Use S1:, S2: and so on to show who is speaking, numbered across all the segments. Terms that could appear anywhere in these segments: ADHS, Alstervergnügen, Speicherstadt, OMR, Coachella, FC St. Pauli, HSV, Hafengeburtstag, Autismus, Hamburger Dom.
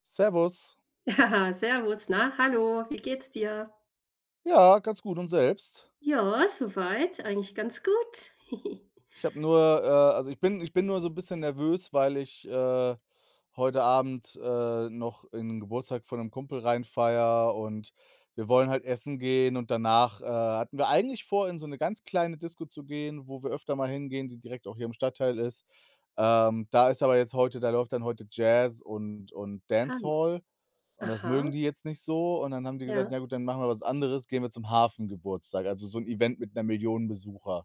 S1: Servus.
S2: Ja, servus, na, hallo, wie geht's dir?
S1: Ja, ganz gut und selbst?
S2: Ja, soweit, eigentlich ganz gut.
S1: Ich habe nur, also, ich bin nur so ein bisschen nervös, weil ich, heute Abend, noch in 'n Geburtstag von einem Kumpel reinfeier, und wir wollen halt essen gehen, und danach, hatten wir eigentlich vor, in so eine ganz kleine Disco zu gehen, wo wir öfter mal hingehen, die direkt auch hier im Stadtteil ist. Da ist aber jetzt heute Da läuft dann heute Jazz und
S2: Ah,
S1: Dancehall. Und das
S2: aha,
S1: mögen die jetzt nicht so, und dann haben die gesagt:
S2: ja.
S1: „Ja gut, dann machen wir was anderes, gehen wir zum Hafengeburtstag“, also so ein Event mit einer 1.000.000 Besucher.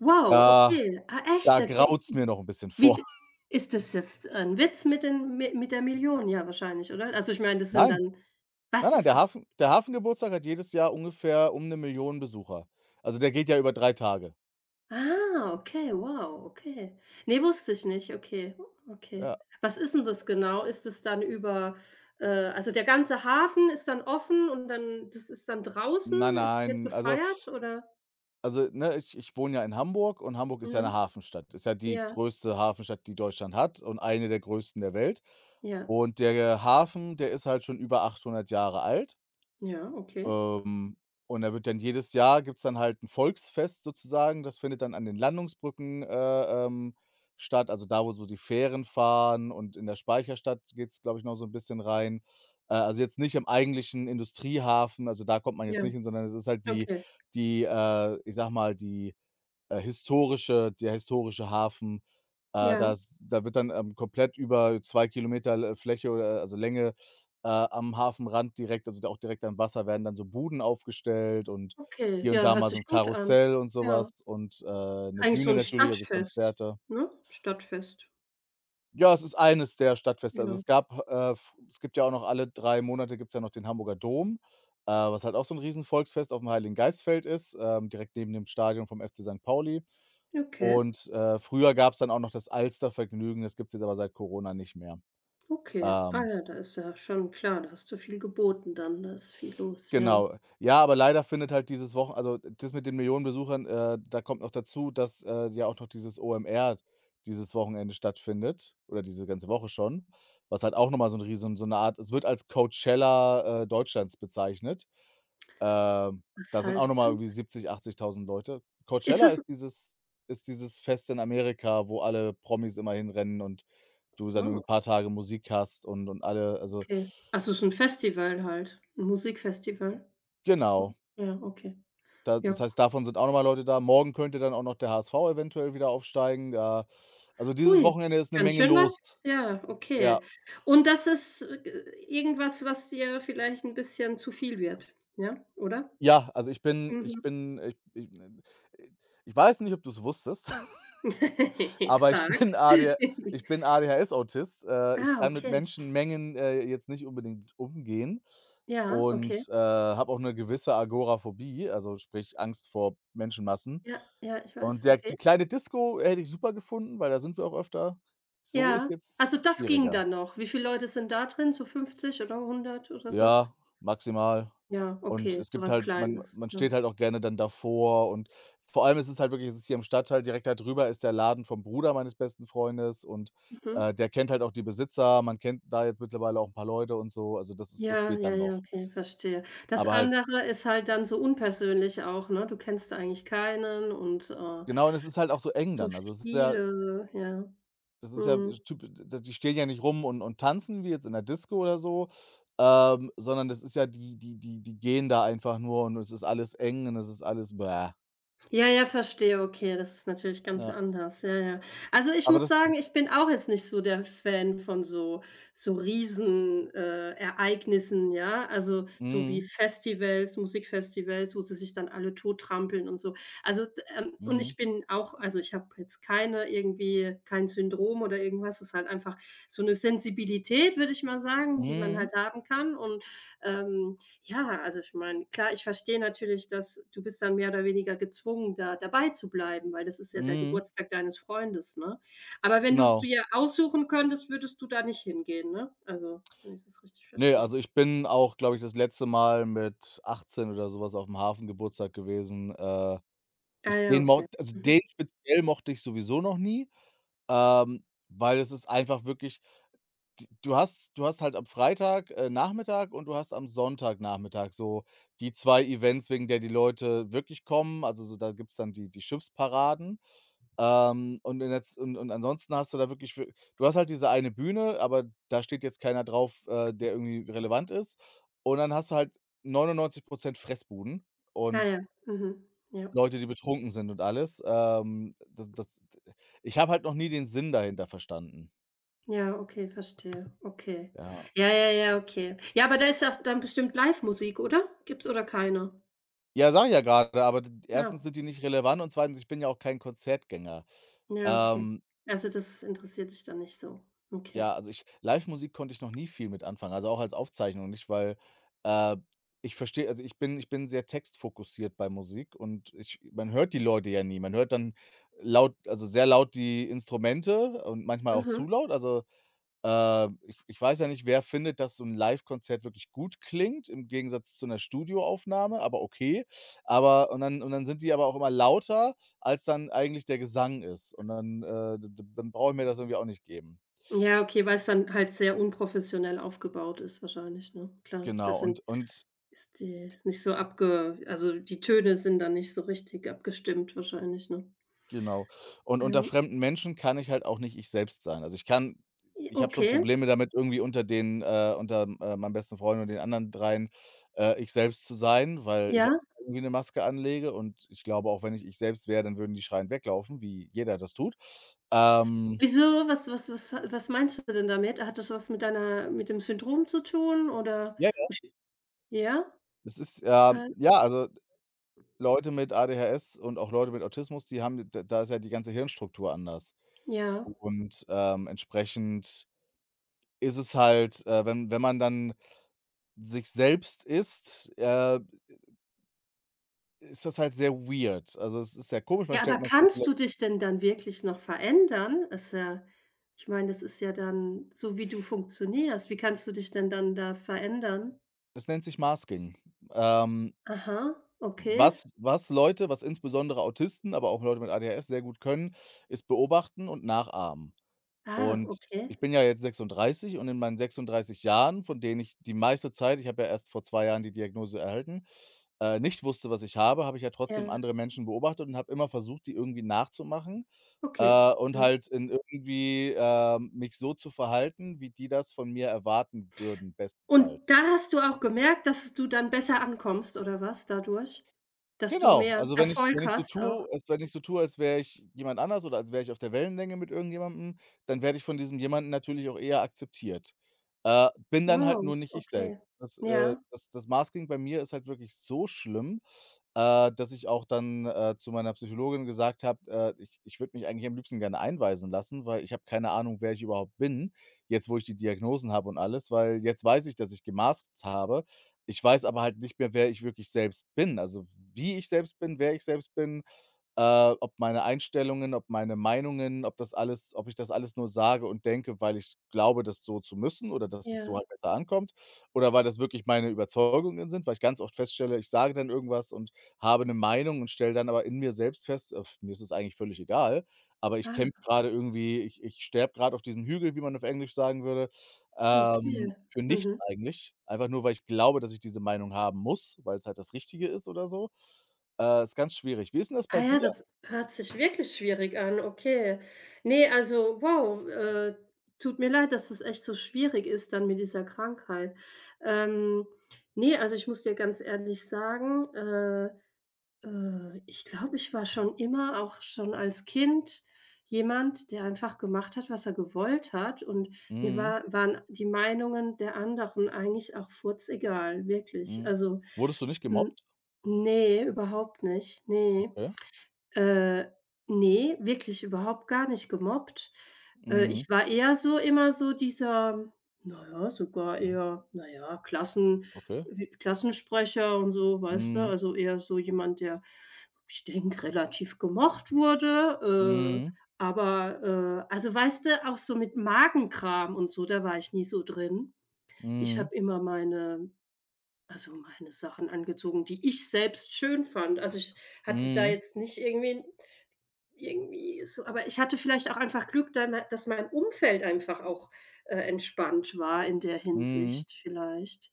S2: Wow,
S1: Da
S2: okay. Ah, echt?
S1: da
S2: Da ge
S1: graut's mir noch ein bisschen
S2: wie
S1: vor.
S2: d ist das jetzt ein Witz mit den mi mit der Million? Ja, wahrscheinlich, oder? Also, ich meine, das sind
S1: Nein,
S2: dann
S1: nein,
S2: was
S1: nein,
S2: ist
S1: der
S2: das
S1: Hafen der Hafengeburtstag hat jedes Jahr ungefähr um eine 1.000.000 Besucher. Also, der geht ja über 3 Tage.
S2: Ah, okay, wow, okay. Ne, wusste ich nicht. Okay, okay.
S1: Ja.
S2: Was ist denn das genau? Ist es dann über also, der ganze Hafen ist dann offen und dann das ist dann draußen,
S1: Nein,
S2: es wird
S1: nein, also,
S2: gefeiert oder?
S1: ne, ich wohne ja in Hamburg, und Hamburg ist ja eine
S2: Mhm.
S1: Hafenstadt. Ist ja die
S2: Ja,
S1: größte Hafenstadt, die Deutschland hat, und eine der größten der Welt.
S2: ja,
S1: Und der Hafen, der ist halt schon über 800 Jahre alt.
S2: ja, okay.
S1: Ähm, und da wird dann jedes Jahr Gibt's dann halt ein Volksfest sozusagen. Das findet dann an den Landungsbrücken statt, also da, wo so die Fähren fahren, und in der Speicherstadt geht's, glaube ich, noch so ein bisschen rein. Also jetzt nicht im eigentlichen Industriehafen, also da kommt man jetzt
S2: Ja,
S1: nicht hin, sondern es ist halt die
S2: okay.
S1: die, ich sag mal, die historische der historische Hafen.
S2: Ja,
S1: Das Da wird dann, komplett über 2 Kilometer L Fläche oder also Länge, am Hafenrand direkt, also auch direkt am Wasser, werden dann so Buden aufgestellt, und
S2: okay.
S1: hier und
S2: Ja,
S1: da
S2: hört
S1: mal so ein
S2: sich gut an.
S1: Karussell und
S2: Ja.
S1: sowas, und 'ne
S2: Eigentlich so
S1: Bühne
S2: ein
S1: natürlich, also
S2: Stadtfest,
S1: Konzerte.
S2: ne? Stadtfest.
S1: Ja, es ist eines der Stadtfeste. Also,
S2: Ja.
S1: es gab, f es gibt ja auch noch alle 3 Monate, gibt's ja noch den Hamburger Dom, was halt auch so ein Riesenvolksfest aufm Heiligen Geist ist, direkt neben dem Stadion vom FC St. Pauli.
S2: Okay,
S1: Und früher gab's dann auch noch das Alstervergnügen, das gibt's jetzt aber seit Corona nicht mehr.
S2: okay. Ah
S1: Ähm
S2: ja, da ist ja schon klar, da hast du viel geboten dann, da ist viel los, ja.
S1: Genau. Ja, aber leider findet halt dieses Wochen also, das mit den Millionen Besuchern, da kommt noch dazu, dass, ja auch noch dieses OMR dieses Wochenende stattfindet, oder diese ganze Woche schon, was halt auch noch mal so ein riesen so eine Art es wird als Coachella, Deutschlands bezeichnet. Ähm, Da
S2: Was
S1: sind auch noch
S2: heißt
S1: mal irgendwie
S2: das?
S1: 70, 80.000 Leute.
S2: Ist
S1: Coachella
S2: es
S1: ist dieses Fest in Amerika, wo alle Promis immer hinrennen, und du dann
S2: Oh,
S1: irgendwie ein paar Tage Musik hast, und alle, also,
S2: okay. Also, es ist 'n Festival halt, 'n Musikfestival?
S1: genau.
S2: Ja, okay.
S1: Da
S2: Ja.
S1: Das heißt, davon sind auch nochmal Leute da. Morgen könnte dann auch noch der HSV eventuell wieder aufsteigen. Ja, also dieses
S2: Hui,
S1: Wochenende ist 'ne
S2: ganz
S1: Menge
S2: schön
S1: los.
S2: was. Ja,
S1: Ja.
S2: okay. Und das ist, irgendwas, was dir vielleicht 'n bisschen zu viel wird, ja, oder?
S1: Ja, also ich bin ich
S2: Mhm.
S1: bin ich ich ich weiß nicht, ob du's wusstest. Aber
S2: Sag.
S1: ich bin ADHS-Autist. Ich
S2: Ah,
S1: kann mit
S2: okay.
S1: Menschenmengen, jetzt nicht unbedingt umgehen,
S2: Ja, okay.
S1: und habe auch 'ne gewisse Agoraphobie, also sprich Angst vor Menschenmassen.
S2: Ja, ja, ich
S1: Und
S2: weiß,
S1: der die
S2: okay.
S1: kleine Disco hätte ich super gefunden, weil da sind wir auch öfter. So ist
S2: Ja. Also,
S1: jetzt
S2: das ging
S1: schwieriger.
S2: dann noch. Wie viele Leute sind da drin? So 50 oder hundert oder so?
S1: Ja, maximal.
S2: Ja,
S1: Und
S2: okay,
S1: es
S2: so
S1: gibt
S2: was
S1: halt, man
S2: Kleines,
S1: man steht
S2: ja.
S1: halt auch gerne dann davor, und vor allem ist es halt wirklich, es ist hier im Stadtteil direkt, halt drüber ist der Laden vom Bruder meines besten Freundes, und,
S2: Mhm.
S1: äh, der kennt halt auch die Besitzer. Man kennt da jetzt mittlerweile auch ein paar Leute und so. Also, das ist, das
S2: Ja,
S1: geht
S2: ja,
S1: dann
S2: ja,
S1: noch.
S2: okay, verstehe. Das
S1: Aber halt,
S2: andere ist halt dann so unpersönlich auch, ne? Du kennst eigentlich keinen und,
S1: genau, und es ist halt auch so eng
S2: so
S1: dann. Also, es ist ja
S2: viele, ja.
S1: das ist ja
S2: Mhm.
S1: typ die stehen ja nicht rum und tanzen wie jetzt in der Disco oder so, sondern das ist ja die die die die gehen da einfach nur, und es ist alles eng, und es ist alles bäh.
S2: Ja, ja, verstehe, okay, das ist natürlich ganz
S1: Ja.
S2: anders. Ja, ja. Also, ich
S1: Aber
S2: muss
S1: das
S2: sagen, ich bin auch jetzt nicht so der Fan von so Riesen Ereignissen, ja? Also, so wie
S1: Mhm,
S2: Festivals, Musikfestivals, wo sie sich dann alle tottrampeln und so. Also, d und
S1: mhm,
S2: ich bin auch ich habe jetzt kein Syndrom oder irgendwas. Es ist halt einfach so eine Sensibilität, würde ich mal sagen, die man
S1: mhm,
S2: halt haben kann und, ähm ja, also ich meine, klar, ich verstehe natürlich, dass du bist dann mehr oder weniger gezwungen, da dabei zu bleiben, weil das ist ja der
S1: mhm,
S2: Geburtstag deines Freundes, ne? Aber wenn du's
S1: genau.
S2: dir aussuchen könntest, würdest du da nicht hingehen, ne? Also, wenn ich das richtig
S1: Ne,
S2: verstehe.
S1: also, ich bin auch, glaube ich, das letzte Mal mit 18 oder so was aufm Hafengeburtstag gewesen.
S2: Ah
S1: Ich
S2: ja,
S1: den mo
S2: okay.
S1: also,
S2: Mhm.
S1: den speziell mochte ich sowieso noch nie, weil es ist einfach wirklich D du hast halt am Freitag, Nachmittag, und du hast am Sonntag Nachmittag so die 2 Events, wegen der die Leute wirklich kommen. Also, so da gibt's dann die Schiffsparaden. Und in der z und ansonsten hast du da wirklich, w du hast halt diese eine Bühne, aber da steht jetzt keiner drauf, der irgendwie relevant ist. Und dann hast du halt 99 Fressbuden
S2: Ah
S1: und
S2: ja, mhm. Ja.
S1: Leute, die betrunken sind und alles. Das das Ich habe halt noch nie den Sinn dahinter verstanden.
S2: Ja, okay, verstehe. Okay.
S1: Ja.
S2: Ja, ja, ja, okay. Ja, aber da ist auch dann bestimmt Live-Musik, oder? Gibt's oder keine?
S1: Ja, sage ich ja gerade, aber d erstens
S2: Ja.
S1: sind die nicht relevant, und zweitens, ich bin ja auch kein Konzertgänger.
S2: Ja, okay.
S1: Ähm,
S2: Also, das interessiert dich dann nicht so. Okay.
S1: ja, also ich Live Musik konnte ich noch nie viel mit anfangen, also auch als Aufzeichnung nicht, weil, äh, ich verstehe also ich bin sehr textfokussiert bei Musik, und ich man hört die Leute ja nie. Man hört dann laut also sehr laut die Instrumente und manchmal auch
S2: Mhm.
S1: zu laut. Also ich weiß ja nicht, wer findet, dass so 'n Konzert wirklich gut klingt im Gegensatz zu 'ner Studioaufnahme, aber okay. Aber und dann sind die aber auch immer lauter als dann eigentlich der Gesang ist. Und dann, d d dann brauche ich mir das irgendwie auch nicht geben.
S2: Ja, okay, weil es dann halt sehr unprofessionell aufgebaut ist wahrscheinlich, ne? Klar,
S1: Genau
S2: das
S1: und
S2: sind
S1: und
S2: ist die ist nicht so abge also, die Töne sind dann nicht so richtig abgestimmt wahrscheinlich, ne?
S1: Genau. Und unter
S2: Ja.
S1: fremden Menschen kann ich halt auch nicht ich selbst sein. Also,
S2: J
S1: ich habe schon
S2: Okay,
S1: Probleme damit, irgendwie unter meinem besten Freund und den anderen dreien, ich selbst zu sein, weil ich auch
S2: ja.
S1: irgendwie eine Maske anlege, und ich glaube, auch wenn ich ich selbst wäre, dann würden die schreiend weglaufen, wie jeder das tut. Ähm,
S2: Wieso? Was meinst du denn damit? Hat das was mit deiner mit dem Syndrom zu tun oder
S1: ja, ja,
S2: ja?
S1: es ist,
S2: Äh,
S1: ja, also, Leute mit ADHS und auch Leute mit Autismus, die haben d da ist ja die ganze Hirnstruktur anders.
S2: ja.
S1: Und entsprechend ist es halt, wenn man dann sich selbst ist, ist das halt sehr weird. Also, es ist sehr komisch,
S2: Ja, aber
S1: man stellt
S2: kannst
S1: vielleicht
S2: du dich denn dann wirklich noch verändern? Ist ja Ich meine, das ist ja dann so, wie du funktionierst. Wie kannst du dich denn dann da verändern?
S1: das nennt sich Masking. Ähm,
S2: Aha, okay.
S1: was was Leute was insbesondere Autisten, aber auch Leute mit ADHS sehr gut können, ist beobachten und nachahmen.
S2: Ah,
S1: Und ich
S2: okay.
S1: bin ja jetzt 36, und in meinen 36 Jahren, von denen ich die meiste Zeit, ich habe ja erst vor 2 Jahren die Diagnose erhalten, nicht wusste, was ich habe, habe ich ja trotzdem
S2: Ja,
S1: andere Menschen beobachtet und habe immer versucht, die irgendwie nachzumachen.
S2: okay.
S1: Und
S2: Mhm.
S1: halt in irgendwie, mich so zu verhalten, wie die das von mir erwarten würden,
S2: Und
S1: bestenfalls.
S2: da hast du auch gemerkt, dass du dann besser ankommst oder was dadurch? Dass du
S1: Genau,
S2: mehr
S1: also wenn ich wenn
S2: Erfolg
S1: ich so
S2: hast
S1: tue
S2: auch?
S1: als wenn ich so tue, als wäre ich jemand anders oder als wäre ich auf der Wellenlänge mit irgendjemandem, dann werde ich von diesem jemanden natürlich auch eher akzeptiert. Bin dann halt nur
S2: Wow,
S1: nicht ich selbst.
S2: okay.
S1: Das, äh
S2: Ja,
S1: das das Masking bei mir ist halt wirklich so schlimm, dass ich auch dann, zu meiner Psychologin gesagt habe, ich würde mich eigentlich am liebsten gerne einweisen lassen, weil ich habe keine Ahnung, wer ich überhaupt bin, jetzt wo ich die Diagnosen habe und alles, weil jetzt weiß ich, dass ich gemaskt habe. Ich weiß aber halt nicht mehr, wer ich wirklich selbst bin. Also, wie ich selbst bin, wer ich selbst bin, ob meine Einstellungen, ob meine Meinungen, ob ich das alles nur sage und denke, weil ich glaube, das so zu müssen, oder dass es so halt
S2: ja.
S1: besser ankommt, oder weil das wirklich meine Überzeugungen sind, weil ich ganz oft feststelle, ich sage dann irgendwas und habe eine Meinung und stelle dann aber in mir selbst fest: Mir ist es eigentlich völlig egal, aber ich kämpfe
S2: Ah,
S1: gerade irgendwie, ich sterbe gerade auf diesem Hügel“, wie man auf Englisch sagen würde,
S2: okay.
S1: für nichts
S2: Mhm.
S1: eigentlich, einfach nur, weil ich glaube, dass ich diese Meinung haben muss, weil es halt das Richtige ist oder so. Ist ganz schwierig. Wie ist 'n das bei
S2: Ah ja,
S1: dir?
S2: das hört sich wirklich schwierig an, okay. Ne, also wow, tut mir leid, dass es echt so schwierig ist dann mit dieser Krankheit. Ähm, ne, also ich muss dir ganz ehrlich sagen, ich glaube, ich war schon immer, auch schon als Kind, jemand, der einfach gemacht hat, was er gewollt hat und mir
S1: Mhm,
S2: war waren die Meinungen der anderen eigentlich auch furzegal, wirklich.
S1: mhm.
S2: Also,
S1: Wurdest du nicht
S2: hm,
S1: gemobbt?
S2: ne, überhaupt nicht, nee.
S1: Okay.
S2: Äh, ne, wirklich überhaupt gar nicht gemobbt.
S1: Mhm.
S2: Ich war eher so immer so dieser, na ja, sogar
S1: Ja,
S2: eher, na ja,
S1: okay.
S2: Klassensprecher und so, weißt du?
S1: Mhm.
S2: Also eher so jemand, der, ich denke, relativ gemocht wurde,
S1: Mhm.
S2: aber, also weißt du, auch so mit Magenkram und so, da war ich nie so drin. Ich
S1: Mhm.
S2: habe immer meine Sachen angezogen, die ich selbst schön fand. Also, ich hatte da
S1: Mhm.
S2: jetzt nicht aber ich hatte vielleicht auch einfach Glück, da mei dass mein Umfeld einfach auch, entspannt war in der
S1: Mhm.
S2: Hinsicht vielleicht.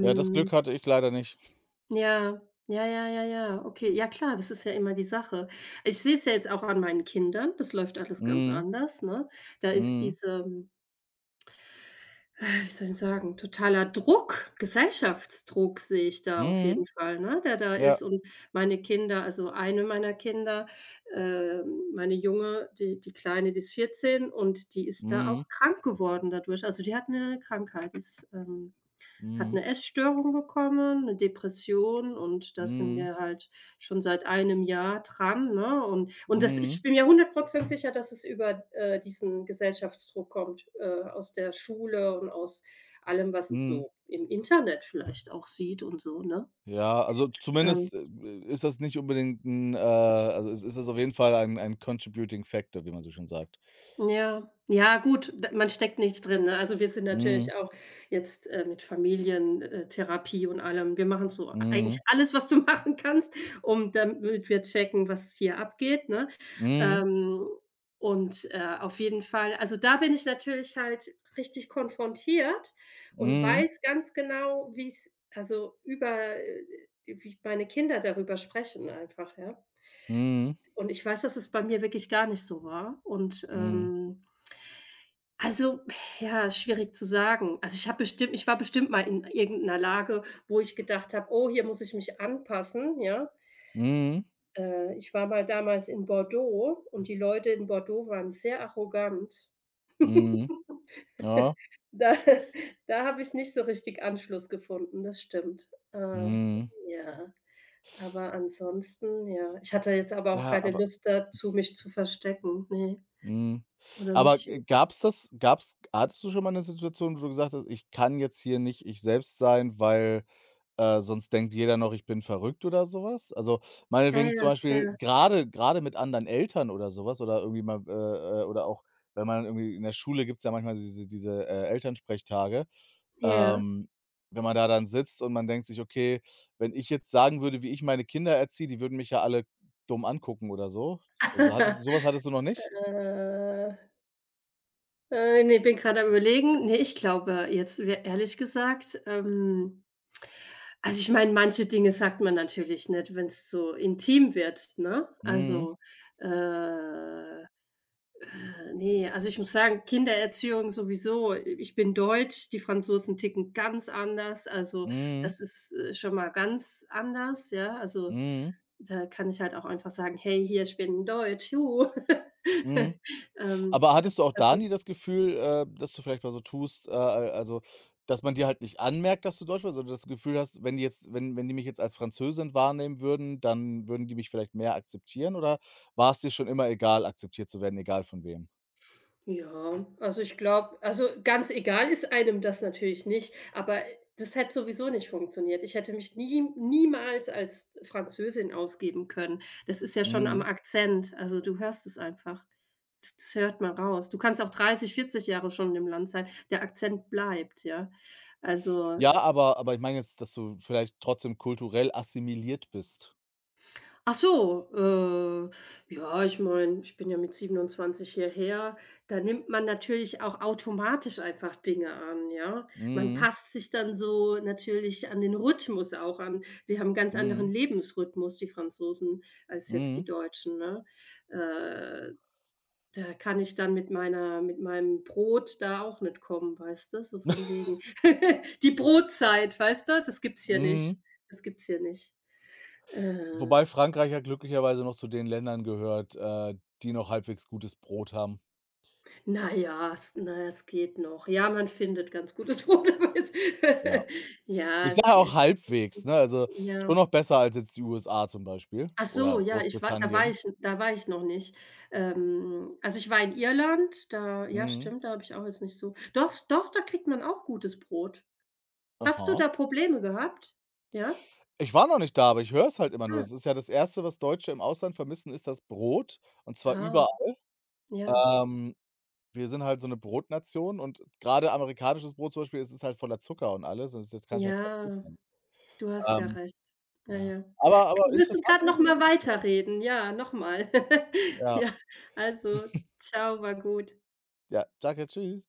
S1: Ja, das Glück hatte ich leider nicht.
S2: ja, ja, okay. Ja klar, das ist ja immer die Sache. Ich sehe es ja jetzt auch an meinen Kindern, das läuft alles ganz
S1: Mhm.
S2: anders, ne? Da ist
S1: Mhm.
S2: diese wie soll ich sagen, totaler Druck, Gesellschaftsdruck sehe ich da auf
S1: Mhm.
S2: jeden Fall, ne, der da
S1: Ja.
S2: ist. Und meine Kinder, also eine meiner Kinder, meine Junge, die Kleine, die ist 14 und die ist da
S1: Mhm.
S2: auch krank geworden dadurch. Also, die hat eine Krankheit, hat
S1: Mhm.
S2: eine Essstörung bekommen, eine Depression und das sind
S1: Mhm.
S2: wir halt schon seit einem Jahr dran, ne? Und das
S1: Mhm.
S2: ich bin mir 100 sicher, dass es über, diesen Gesellschaftsdruck kommt, aus der Schule und aus allem, was es
S1: Mhm.
S2: so im Internet vielleicht auch sieht und so, ne?
S1: Ja, also
S2: Ähm
S1: zumindest, ist das nicht unbedingt 'n, also es ist das auf jeden Fall ein contributing factor, wie man so schön sagt.
S2: Ja. Ja gut, d man steckt nicht drin, ne? Also, wir sind
S1: Mhm.
S2: natürlich auch jetzt, mit Familientherapie und allem. Wir machen so eigentlich
S1: Mhm.
S2: alles, was du machen kannst, um damit wir checken, was hier abgeht, ne?
S1: Mhm.
S2: Ähm, und, auf jeden Fall da bin ich natürlich halt richtig konfrontiert und
S1: Mhm.
S2: weiß ganz genau, wie es also, über wie meine Kinder darüber sprechen einfach, ja?
S1: Mhm.
S2: Und ich weiß, dass es bei mir wirklich gar nicht so war und,
S1: Mhm.
S2: also, ja, ist schwierig zu sagen. Also, ich war bestimmt mal in irgendeiner Lage, wo ich gedacht habe: „Oh, hier muss ich mich anpassen“, ja?
S1: Mhm.
S2: Ich war mal damals in Bordeaux und die Leute in Bordeaux waren sehr arrogant.
S1: Mhm. Ja.
S2: Da Da habe ich nicht so richtig Anschluss gefunden, das stimmt.
S1: Mhm.
S2: Ja, aber ansonsten, ja. Ich hatte jetzt aber auch
S1: Ja,
S2: keine
S1: aber.
S2: Lust dazu, mich zu verstecken, ne,
S1: Mhm.
S2: oder
S1: Aber
S2: mich
S1: g gab's das gab's Hattest du schon mal eine Situation, wo du gesagt hast: „Ich kann jetzt hier nicht ich selbst sein, weil, sonst denkt jeder noch, ich bin verrückt“ oder sowas? Also,
S2: ja,
S1: meinetwegen zum Beispiel gerade mit anderen Eltern oder sowas, oder irgendwie mal, oder auch, wenn man irgendwie in der Schule, gibt es ja manchmal diese Elternsprechtage.
S2: ja.
S1: Ähm, Wenn man da dann sitzt und man denkt sich: „Okay, wenn ich jetzt sagen würde, wie ich meine Kinder erziehe, die würden mich ja alle dumm angucken oder so.“ Also, hattest so was hattest du noch nicht?
S2: Äh. Ne, bin gerade am Überlegen. Ne, ich glaube jetzt wär ehrlich gesagt, also, ich meine, manche Dinge sagt man natürlich nicht, wenn es so intim wird, ne?
S1: Mhm,
S2: Also, äh, ne, also, ich muss sagen, Kindererziehung sowieso. Ich bin deutsch, die Franzosen ticken ganz anders. Also,
S1: mhm,
S2: das ist, schon mal ganz anders, ja? Also,
S1: mhm,
S2: da kann ich halt auch einfach sagen: „Hey, hier, ich bin deutsch, juhu.“
S1: mhm. Aber
S2: Das
S1: hattest du auch
S2: das
S1: da nie das Gefühl, dass du vielleicht mal so tust, also, dass man dir halt nicht anmerkt, dass du Deutsch bist, oder das Gefühl hast, wenn die jetzt, wenn die mich jetzt als Französin wahrnehmen würden, dann würden die mich vielleicht mehr akzeptieren, oder war es dir schon immer egal, akzeptiert zu werden, egal von wem?
S2: Ja, also ich glaube ganz egal ist einem das natürlich nicht, aber das hätte sowieso nicht funktioniert. Ich hätte mich niemals als Französin ausgeben können. Das ist ja schon am
S1: Mhm.
S2: Akzent, also du hörst es einfach. Das hört man raus. Du kannst auch 30, 40 Jahre schon im Land sein, der Akzent bleibt, ja. Also
S1: Ja, aber ich meine jetzt, dass du vielleicht trotzdem kulturell assimiliert bist.
S2: Ach so, äh, ja, ich meine, ich bin ja mit 27 hierher. Da nimmt man natürlich auch automatisch einfach Dinge an, ja. Man
S1: Mhm,
S2: passt sich dann so natürlich an den Rhythmus auch an. Sie haben 'n ganz anderen
S1: mhm,
S2: Lebensrhythmus, die Franzosen, als jetzt die
S1: mhm,
S2: Deutschen, ne? Äh, da kann ich dann mit meinem Brot da auch nicht kommen, weißt du? So von wegen die Brotzeit, weißt du? Das gibt's hier nicht.
S1: mhm.
S2: Das gibt's hier nicht.
S1: Wobei
S2: Äh.
S1: Frankreich ja glücklicherweise noch zu den Ländern gehört, die noch halbwegs gutes Brot haben.
S2: Na ja, es geht noch. Ja, man findet ganz gutes Brot, aber es
S1: Ja.
S2: ja,
S1: Ich
S2: es
S1: sage auch
S2: geht.
S1: halbwegs, ne? Also, schon
S2: Ja.
S1: noch besser als jetzt die USA zum Beispiel
S2: Ach so,
S1: oder
S2: ja, ich war
S1: Großbritannien.
S2: da war ich noch nicht. Ich war in Irland, da ja,
S1: Mhm.
S2: stimmt, da habe ich auch jetzt nicht so doch, doch, da kriegt man auch gutes Brot. Hast du
S1: Aha.
S2: da Probleme gehabt? Ja?
S1: Ich war noch nicht da, aber ich höre es halt immer nur.
S2: Ah.
S1: Es ist ja das Erste, was Deutsche im Ausland vermissen, ist das Brot, und zwar
S2: Ah,
S1: überall.
S2: ja.
S1: Ähm Wir sind halt so 'ne Brotnation, und grade amerikanisches Brot zum Beispiel, es ist halt voller Zucker und alles, das kannst du ja nicht Brot
S2: Ja.
S1: nennen.
S2: Du hast ja
S1: Ähm,
S2: recht. Ja,
S1: ja.
S2: ja.
S1: Aber
S2: Willst du
S1: interessant,
S2: grad
S1: darüber
S2: noch mal
S1: geredet zu
S2: weiterreden? Ja, noch mal.
S1: haben.
S2: Ja,
S1: Ja.
S2: also, ciao, war gut.
S1: Ja, danke, tschüss.